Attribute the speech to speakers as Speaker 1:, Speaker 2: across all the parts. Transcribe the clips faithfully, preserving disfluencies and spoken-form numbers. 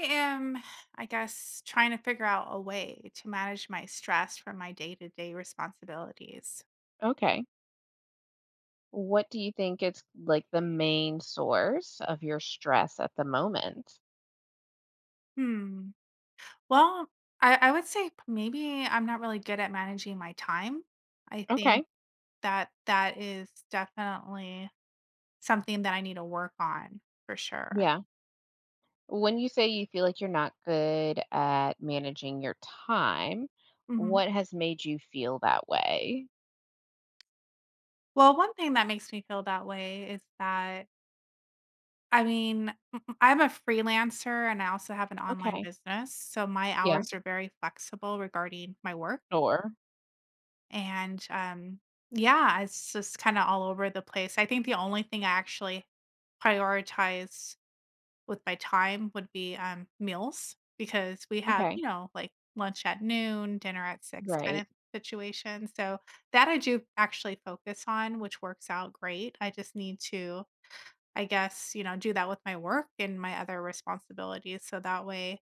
Speaker 1: I am, I guess, trying to figure out a way to manage my stress from my day to day responsibilities.
Speaker 2: Okay. What do you think is like the main source of your stress at the moment?
Speaker 1: Hmm. Well, I, I would say maybe I'm not really good at managing my time. I think
Speaker 2: Okay.
Speaker 1: that that is definitely something that I need to work on for sure.
Speaker 2: Yeah. When you say you feel like you're not good at managing your time,
Speaker 1: hmm
Speaker 2: what has made you feel that way?
Speaker 1: Well, one thing that makes me feel that way is that. I mean, m- m- I'm a freelancer and I also have an online
Speaker 2: Okay.
Speaker 1: business. So my
Speaker 2: Yeah.
Speaker 1: hours are very flexible regarding my work.
Speaker 2: Or,
Speaker 1: And, um, yeah, it's just kinda all over the place. I think the only thing I actually prioritize with my time would be, um, meals because we have,
Speaker 2: okay.
Speaker 1: you know, like, lunch at noon, dinner at six kind
Speaker 2: Right.
Speaker 1: of situation, so that I do actually focus on, which works out great. I just need to, I guess, you know, do that with my work and my other responsibilities, so that way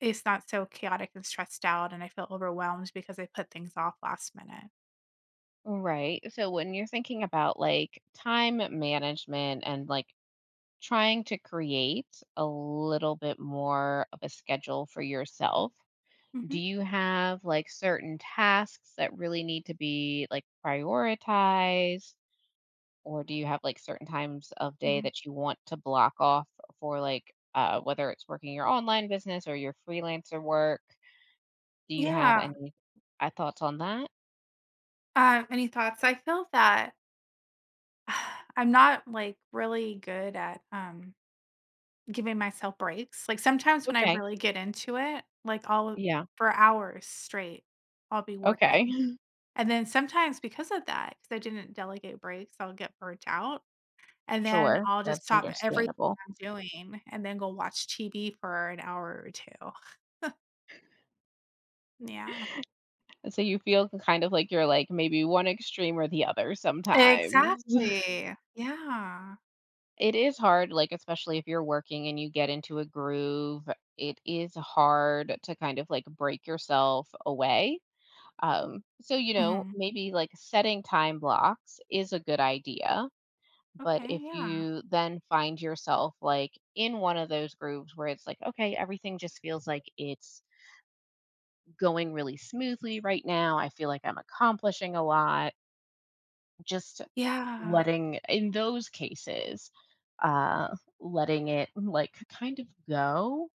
Speaker 1: it's not so chaotic and stressed out and I feel overwhelmed because I put things off last minute.
Speaker 2: Right. So when you're thinking about like time management and like trying to create a little bit more of a schedule for yourself, do
Speaker 1: Mhm.
Speaker 2: you have like certain tasks that really need to be like prioritized, or do you have like certain times of day
Speaker 1: Mhm.
Speaker 2: that you want to block off for like uh, whether it's working your online business or your freelancer work, do you have
Speaker 1: Yeah.
Speaker 2: any uh, thoughts on that?
Speaker 1: Um, any thoughts? I feel that I'm not like really good at um giving myself breaks. Like sometimes when I
Speaker 2: Okay.
Speaker 1: really get into it, like I'll
Speaker 2: Yeah.
Speaker 1: for hours straight, I'll be working.
Speaker 2: Okay.
Speaker 1: And then sometimes because of that, because I didn't delegate breaks, I'll get burnt out. And then
Speaker 2: Sure,
Speaker 1: I'll just
Speaker 2: that's
Speaker 1: stop everything
Speaker 2: understandable.
Speaker 1: I'm doing and then go watch T V for an hour or two. Yeah.
Speaker 2: So you feel kind of like you're like maybe one extreme or the other sometimes.
Speaker 1: Exactly. Yeah.
Speaker 2: It is hard, like, especially if you're working and you get into a groove, it is hard to kind of, like, break yourself away. Um, so, you know,
Speaker 1: hmm
Speaker 2: maybe, like, setting time blocks is a good idea, but
Speaker 1: Okay.
Speaker 2: if
Speaker 1: Yeah.
Speaker 2: you then find yourself, like, in one of those grooves where it's like, "Okay, everything just feels like it's going really smoothly right now. I feel like I'm accomplishing a lot." Just
Speaker 1: Yeah.
Speaker 2: letting in those cases, uh, letting it, like, kind of go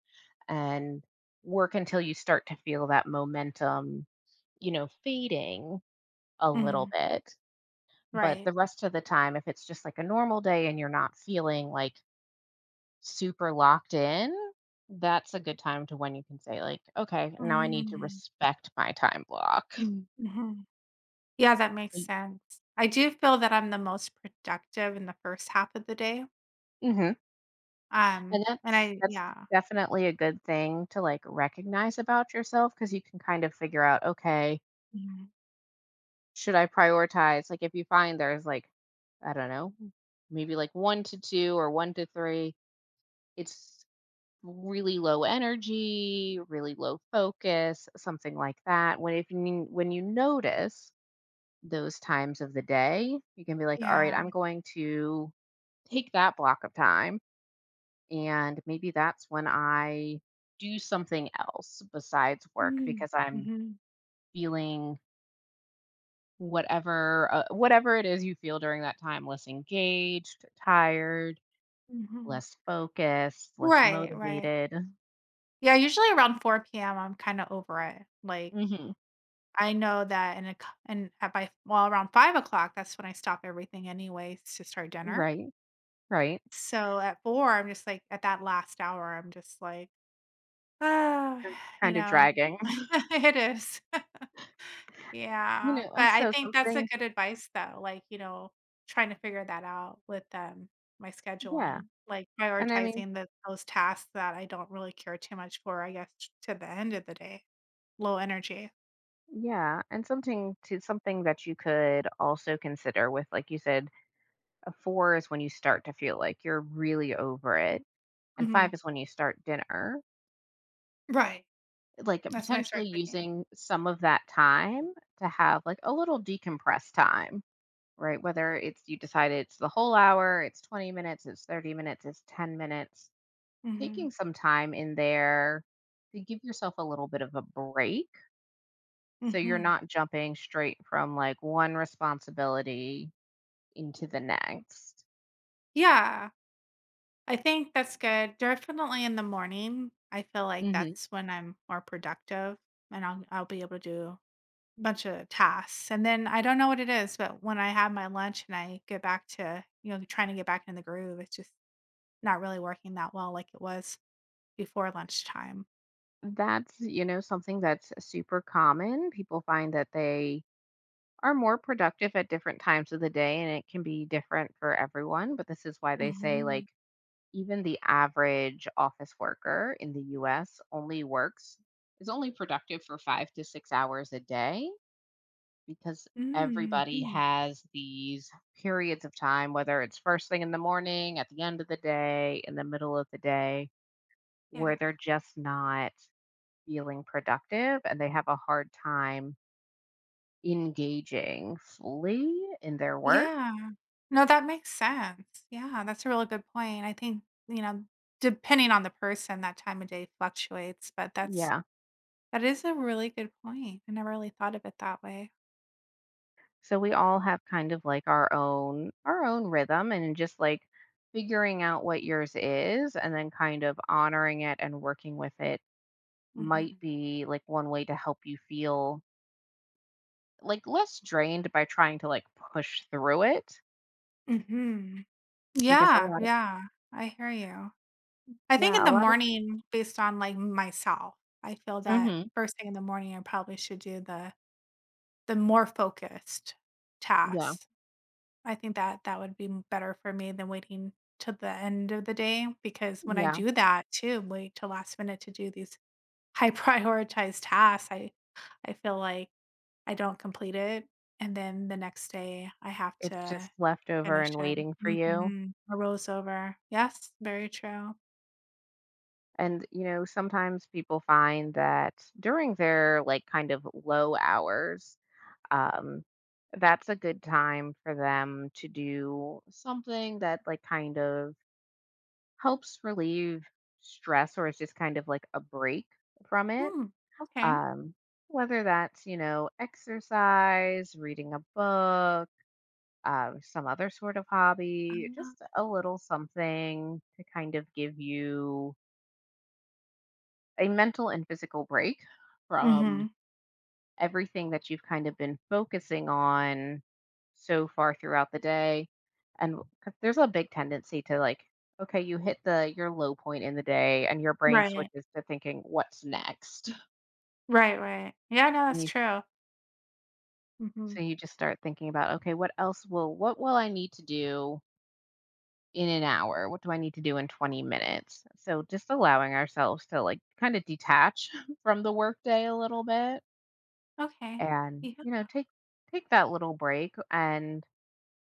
Speaker 2: and work until you start to feel that momentum, you know, fading a little
Speaker 1: Mhm.
Speaker 2: bit. But
Speaker 1: Right.
Speaker 2: the rest of the time, if it's just like a normal day and you're not feeling like super locked in, that's a good time to when you can say like, "Okay, now I need to
Speaker 1: Mm,
Speaker 2: respect my time block."
Speaker 1: mhm. Yeah, that makes sense. I do feel that I'm the most productive in the first half of the day,
Speaker 2: Mhm.
Speaker 1: um,
Speaker 2: And
Speaker 1: and
Speaker 2: that's
Speaker 1: I
Speaker 2: that's
Speaker 1: yeah.
Speaker 2: definitely a good thing to, like, recognize about yourself because you can kind of figure out, "Okay,
Speaker 1: Mhm.
Speaker 2: should I prioritize?" Like, if you find there's, like, I don't know, maybe, like, one to two or one to three, it's really low energy, really low focus, something like that. When if you n when you notice those times of the day, you can be like, "Alright,
Speaker 1: Yeah.
Speaker 2: I'm going to take that block of time. And maybe that's when I do something else besides work
Speaker 1: Mm.
Speaker 2: because I'm
Speaker 1: Mhm.
Speaker 2: feeling whatever uh, whatever it is you feel during that time, less engaged, tired,
Speaker 1: Mhm.
Speaker 2: less focused, less
Speaker 1: Right, right.
Speaker 2: motivated."
Speaker 1: Yeah, usually around four p m, I'm kinda over it. Like,
Speaker 2: Hmm.
Speaker 1: I know that in a cou and at by well, around five o'clock, that's when I stop everything anyways to start dinner.
Speaker 2: Right, right.
Speaker 1: So at four, I'm just like at that last hour, I'm just like, ah, you
Speaker 2: Kind of
Speaker 1: know?
Speaker 2: dragging.
Speaker 1: It is.
Speaker 2: you
Speaker 1: Yeah,
Speaker 2: know, uh,
Speaker 1: but I
Speaker 2: so
Speaker 1: think that's a
Speaker 2: something,
Speaker 1: good advice though, like, you know, trying to figure that out with, um, my
Speaker 2: yeah.
Speaker 1: scheduling, like
Speaker 2: And I mean,
Speaker 1: prioritizing the those tasks that I don't really care too much for, I guess, to the end of the day, low energy.
Speaker 2: yeah, and something to something that you could also consider with, like you said, a four is when you start to feel like you're really over it and
Speaker 1: Mhm.
Speaker 2: five is when you start dinner,
Speaker 1: Right.
Speaker 2: like, and
Speaker 1: That's when I start
Speaker 2: potentially
Speaker 1: cooking.
Speaker 2: using some of that time to have, like, a little decompress time, right? Whether it's you decide it's the whole hour, it's twenty minutes, it's thirty minutes, it's ten minutes,
Speaker 1: Mhm.
Speaker 2: taking some time in there to give yourself a little bit of a break, so you're
Speaker 1: Mhm.
Speaker 2: not jumping straight from, like, one responsibility into the next.
Speaker 1: Yeah, I think that's good. Definitely in the morning, I feel like
Speaker 2: Mhm.
Speaker 1: that's when I'm more productive and I'll I'll be able to do bunch of tasks. And then I don't know what it is, but when I have my lunch and I get back to, you know, trying to get back in the groove, it's just not really working that well like it was before lunchtime.
Speaker 2: That's you know, something that's super common. People find that they are more productive at different times of the day, and it can be different for everyone, but this is why they say
Speaker 1: Hmm
Speaker 2: like even the average office worker in the U S only works is only productive for five to six hours a day because everybody
Speaker 1: hmm
Speaker 2: has these periods of time, whether it's first thing in the morning, at the end of the day, in the middle of the day,
Speaker 1: Yeah.
Speaker 2: where they're just not feeling productive and they have a hard time engaging fully in their work.
Speaker 1: Yeah. No, that makes sense. Yeah. That's a really good point. I think, you know, depending on the person, that time of day fluctuates, but that's,
Speaker 2: Yeah.
Speaker 1: that is a really good point. I never really thought of it that way.
Speaker 2: So we all have kind of like our own our own rhythm, and just like figuring out what yours is and then kind of honoring it and working with it might
Speaker 1: Hmm
Speaker 2: be like one way to help you feel like less drained by trying to like push through it,
Speaker 1: hmm
Speaker 2: because a
Speaker 1: Yeah.
Speaker 2: lot of,
Speaker 1: Yeah. I hear you. I think in
Speaker 2: yeah, a
Speaker 1: the
Speaker 2: lot of,
Speaker 1: morning, based on, like, myself, I feel that
Speaker 2: mhm.
Speaker 1: first thing in the morning, I probably should do the the more focused
Speaker 2: Yeah.
Speaker 1: tasks. I think that that would be m better for me than waiting to the end of the day, because when I
Speaker 2: Yeah.
Speaker 1: do that too, wait till last minute to do these high prioritized tasks, I I feel like I don't complete it, and then the next day, I have
Speaker 2: It's
Speaker 1: to
Speaker 2: just left over
Speaker 1: finish
Speaker 2: and
Speaker 1: it.
Speaker 2: waiting for you.
Speaker 1: Mhm. It rolls over. Yes, very true.
Speaker 2: And you know, sometimes people find that during their like kind of low hours, um, that's a good time for them to do something that like kind of helps relieve stress, or it's just kind of like a break from it,
Speaker 1: Hmm, okay.
Speaker 2: um, whether that's you know exercise, reading a book, uh, some other sort of hobby,
Speaker 1: Ah.
Speaker 2: just a little something to kind of give you a mental and physical break from
Speaker 1: Mhm.
Speaker 2: everything that you've kind of been focusing on so far throughout the day. And 'cause there's a big tendency to like, okay, you hit the your low point in the day and your brain
Speaker 1: Right.
Speaker 2: switches to thinking what's next.
Speaker 1: Right, right. Yeah, no,
Speaker 2: And
Speaker 1: that's
Speaker 2: you
Speaker 1: true. Mhm.
Speaker 2: so you just start thinking about, okay, what else will what will I need to do in an hour, what do I need to do in twenty minutes, so just allowing ourselves to like kind of detach from the workday a little bit.
Speaker 1: Okay.
Speaker 2: And
Speaker 1: Yeah.
Speaker 2: you know take take that little break, and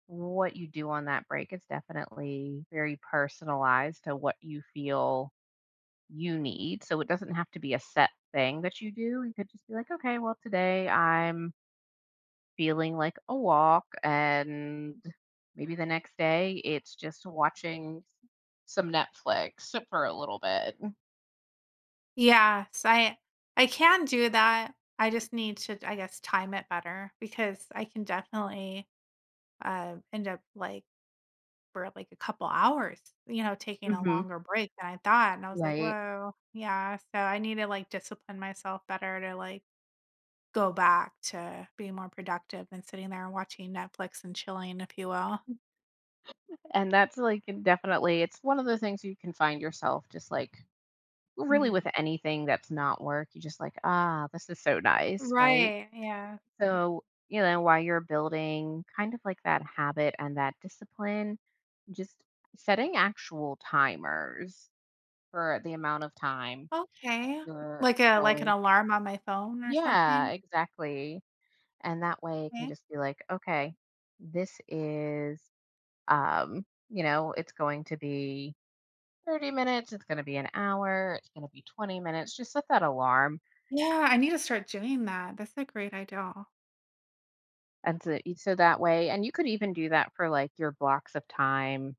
Speaker 2: what you do on that break is definitely very personalized to what you feel you need. So it doesn't have to be a set thing that you do. You could just be like, okay, well, today I'm feeling like a walk, and maybe the next day it's just watching some Netflix for a little bit.
Speaker 1: Yes, I I can do that. I just need to, I guess, time it better because I can definitely, uh, end up, like, for, like, a couple hours, you know, taking a
Speaker 2: Hmm.
Speaker 1: longer break than I thought, and I was like,
Speaker 2: Right.
Speaker 1: "Whoa." Yeah, so I need to, like, discipline myself better to, like, go back to being more productive than sitting there and watching Netflix and chilling, if you will.
Speaker 2: And that's like definitely, it's one of the things you can find yourself just like really with
Speaker 1: Mhm.
Speaker 2: anything that's not work. You're just like, ah, this is so nice. Right.
Speaker 1: Right, yeah. Yeah.
Speaker 2: So, you know, while you're building kind of like that habit and that discipline, just setting actual timers for the amount of time
Speaker 1: Okay.
Speaker 2: you're
Speaker 1: Like a like an
Speaker 2: going.
Speaker 1: alarm on my phone or
Speaker 2: Yeah,
Speaker 1: something?
Speaker 2: exactly. And that way it can
Speaker 1: Okay.
Speaker 2: just be like, okay, this is um, you know, it's going to be thirty minutes, it's going to be an hour, it's going to be twenty minutes. Just set that alarm.
Speaker 1: Yeah, I need to start doing that. That's a great idea.
Speaker 2: And so, so that way, and you could even do that for like your blocks of time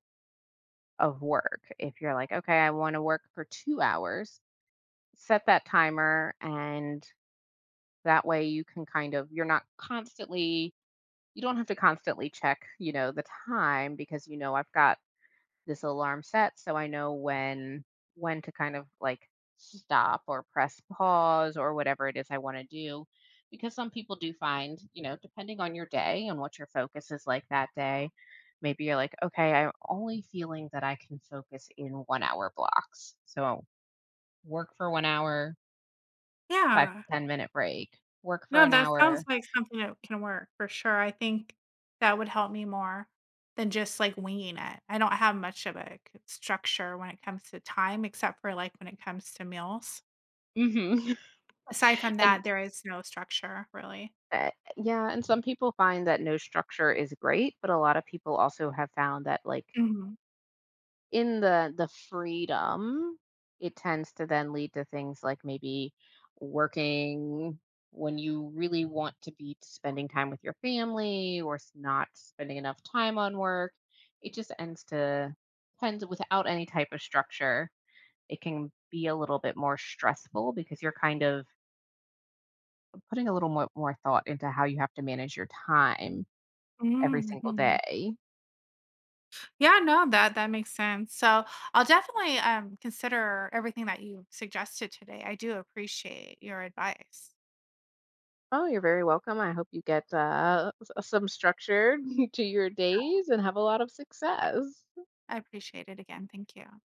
Speaker 2: of work. If you're like, okay, I want to work for two hours, set that timer. And that way you can kind of, you're not constantly, you don't have to constantly check, you know, the time, because you know, I've got this alarm set so I know when when to kind of like stop or press pause or whatever it is I want to do, because some people do find, you know, depending on your day and what your focus is like that day, maybe you're like, okay, I'm only feeling that I can focus in one hour blocks. So work for one hour, five to
Speaker 1: Yeah.
Speaker 2: ten minute break, work for
Speaker 1: No,
Speaker 2: an
Speaker 1: that sounds
Speaker 2: hour.
Speaker 1: like something that can work for sure. I think that would help me more than just, like, winging it. I don't have much of a c structure when it comes to time except for, like, when it comes to meals.
Speaker 2: Mhm.
Speaker 1: Aside from
Speaker 2: And
Speaker 1: that, there is no structure really.
Speaker 2: uh, yeah, and some people find that no structure is great, but a lot of people also have found that like
Speaker 1: Mhm.
Speaker 2: in the the freedom, it tends to then lead to things like maybe working when you really want to be spending time with your family, or s- not spending enough time on work. It just ends to tends without any type of structure. It can be a little bit more stressful because you're kind of putting a little more, more thought into how you have to manage your time every
Speaker 1: Mhm,
Speaker 2: single
Speaker 1: mhm.
Speaker 2: day.
Speaker 1: Yeah, no, that that makes sense. So I'll definitely um, consider everything that you suggested today. I do appreciate your advice.
Speaker 2: Oh, you're very welcome. I hope you get uh, s- some structure to your days and have a lot of success.
Speaker 1: I appreciate it again. Thank you.